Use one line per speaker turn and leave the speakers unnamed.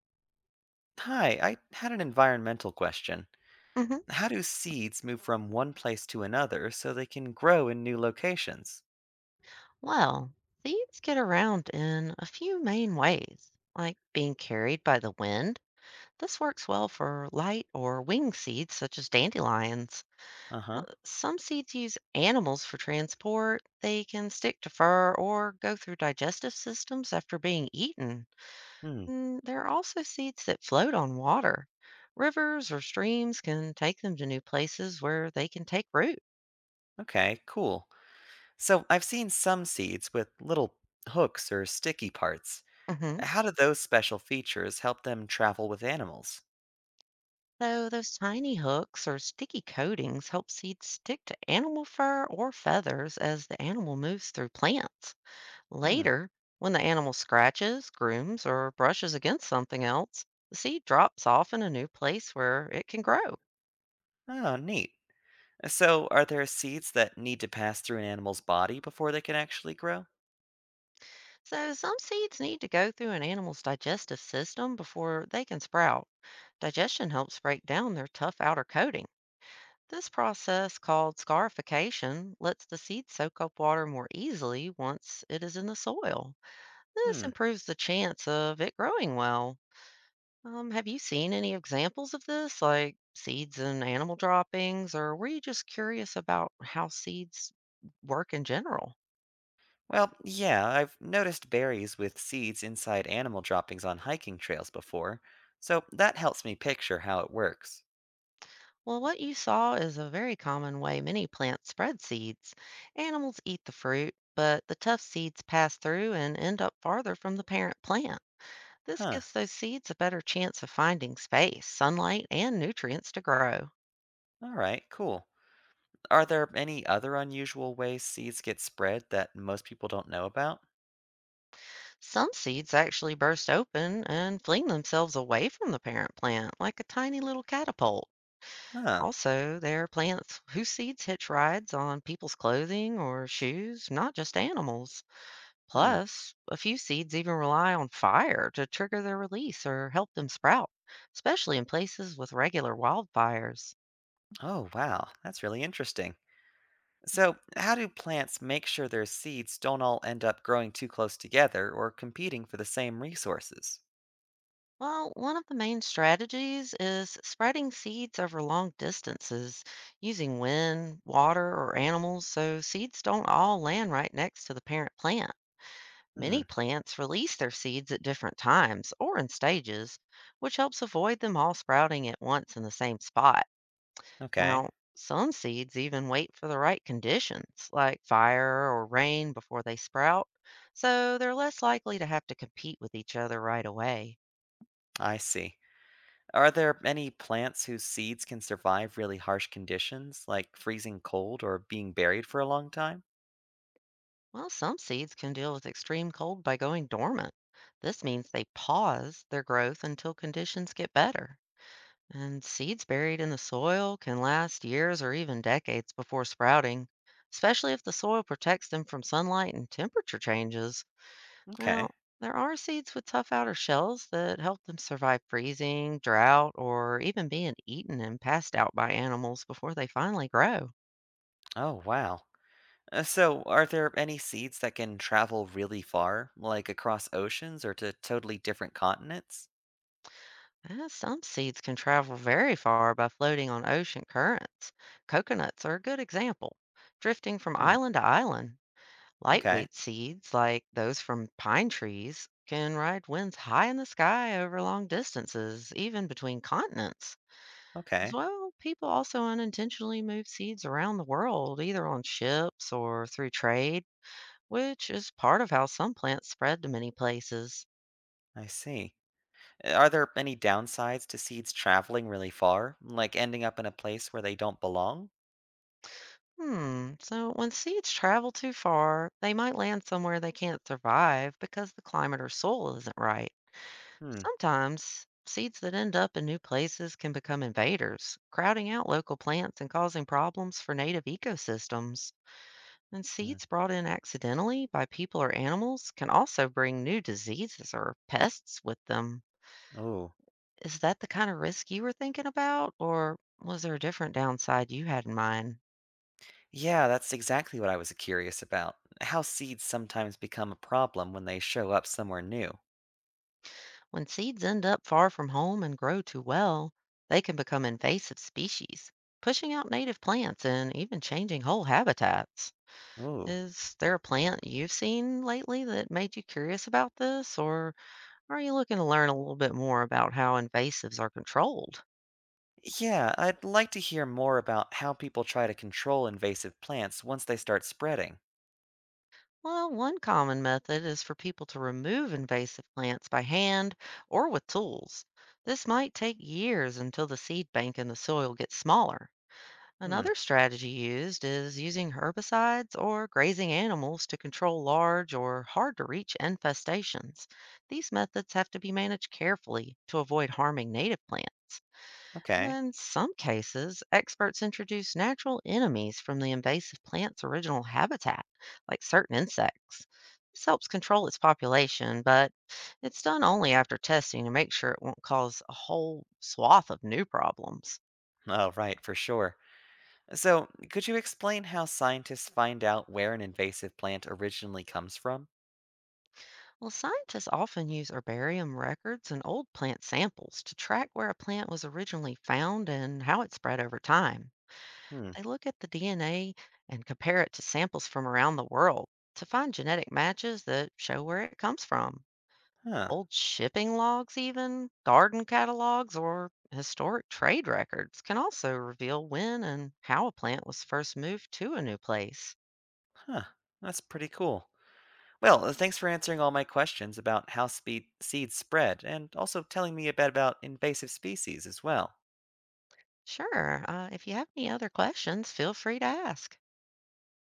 Hi, I had an environmental question.
Hmm.
How do seeds move from one place to another so they can grow in new locations?
Well, seeds get around in a few main ways, like being carried by the wind. This works well for light or wing seeds, such as dandelions.
Uh huh.
Some seeds use animals for transport. They can stick to fur or go through digestive systems after being eaten.
Hmm.
There are also seeds that float on water. Rivers or streams can take them to new places where they can take root.
Okay, cool. So I've seen some seeds with little hooks or sticky parts.
Mhm.
How do those special features help them travel with animals?
So those tiny hooks or sticky coatings help seeds stick to animal fur or feathers as the animal moves through plants.
Hmm.
Later, when the animal scratches, grooms, or brushes against something else, the seed drops off in a new place where it can grow.
Oh, neat. So are there seeds that need to pass through an animal's body before they can actually grow?
So some seeds need to go through an animal's digestive system before they can sprout. Digestion helps break down their tough outer coating. This process, called scarification, lets the seed soak up water more easily once it is in the soil. This
Hmm.
improves the chance of it growing well. Have you seen any examples of this, like seeds and animal droppings, or were you just curious about how seeds work in general?
Well, yeah, I've noticed berries with seeds inside animal droppings on hiking trails before, so that helps me picture how it works.
Well, what you saw is a very common way many plants spread seeds. Animals eat the fruit, but the tough seeds pass through and end up farther from the parent plant. This
Huh,
gives those seeds a better chance of finding space, sunlight, and nutrients to grow.
alright, cool. Are there any other unusual ways seeds get spread that most people don't know about?
Some seeds actually burst open and fling themselves away from the parent plant like a tiny little catapult.
Huh,
Also, there are plants whose seeds hitch rides on people's clothing or shoes, not just animals.
hmm.
Plus, a few seeds even rely on fire to trigger their release or help them sprout, especially in places with regular wildfires.
Oh, wow, that's really interesting. So, how do plants make sure their seeds don't all end up growing too close together or competing for the same resources?
Well, one of the main strategies is spreading seeds over long distances using wind, water, or animals so seeds don't all land right next to the parent plant. Many
Hmm,
plants release their seeds at different times or in stages, which helps avoid them all sprouting at once in the same spot.
okay,
Now, some seeds even wait for the right conditions, like fire or rain, before they sprout, so they're less likely to have to compete with each other right away.
I see. Are there any plants whose seeds can survive really harsh conditions, like freezing cold or being buried for a long time?
Well, some seeds can deal with extreme cold by going dormant. This means they pause their growth until conditions get better. And seeds buried in the soil can last years or even decades before sprouting, especially if the soil protects them from sunlight and temperature changes. Now,
Okay.
there are seeds with tough outer shells that help them survive freezing, drought, or even being eaten and passed out by animals before they finally grow.
Oh, wow. So, are there any seeds that can travel really far, like across oceans or to totally different continents?
Some seeds can travel very far by floating on ocean currents. Coconuts are a good example, drifting from
Hmm.
island to island.
Okay.
Lightweight seeds, like those from pine trees, can ride winds high in the sky over long distances, even between continents. As
Okay.
well, people also unintentionally move seeds around the world, either on ships or through trade, which is part of how some plants spread to many places.
I see. Are there any downsides to seeds traveling really far, like ending up in a place where they don't belong?
Hmm. So when seeds travel too far, they might land somewhere they can't survive because the climate or soil isn't right.
Hmm.
Sometimes seeds that end up in new places can become invaders, crowding out local plants and causing problems for native ecosystems. And
Hmm.
seeds brought in accidentally by people or animals can also bring new diseases or pests with them.
Oh.
Is that the kind of risk you were thinking about, or was there a different downside you had in mind?
Yeah, that's exactly what I was curious about. How seeds sometimes become a problem when they show up somewhere new.
When seeds end up far from home and grow too well, they can become invasive species, pushing out native plants and even changing whole habitats.
Ooh.
Is there a plant you've seen lately that made you curious about this, or are you looking to learn a little bit more about how invasives are controlled?
Yeah, I'd like to hear more about how people try to control invasive plants once they start spreading.
Well, one common method is for people to remove invasive plants by hand or with tools. This might take years until the seed bank in the soil gets smaller.
Hmm,
Another strategy used is using herbicides or grazing animals to control large or hard to reach infestations. These methods have to be managed carefully to avoid harming native plants.
okay.
In some cases, experts introduce natural enemies from the invasive plant's original habitat, like certain insects. This helps control its population, but it's done only after testing to make sure it won't cause a whole swath of new problems.
Oh, right, for sure. So, could you explain how scientists find out where an invasive plant originally comes from?
Well, scientists often use herbarium records and old plant samples to track where a plant was originally found and how it spread over time.
Hmm,
They look at the DNA and compare it to samples from around the world to find genetic matches that show where it comes from.
huh,
Old shipping logs, even garden catalogs, or historic trade records can also reveal when and how a plant was first moved to a new place.
huh. That's pretty cool. Well, thanks for answering all my questions about how seeds spread and also telling me a bit about invasive species as well.
Sure, if you have any other questions, feel free to ask.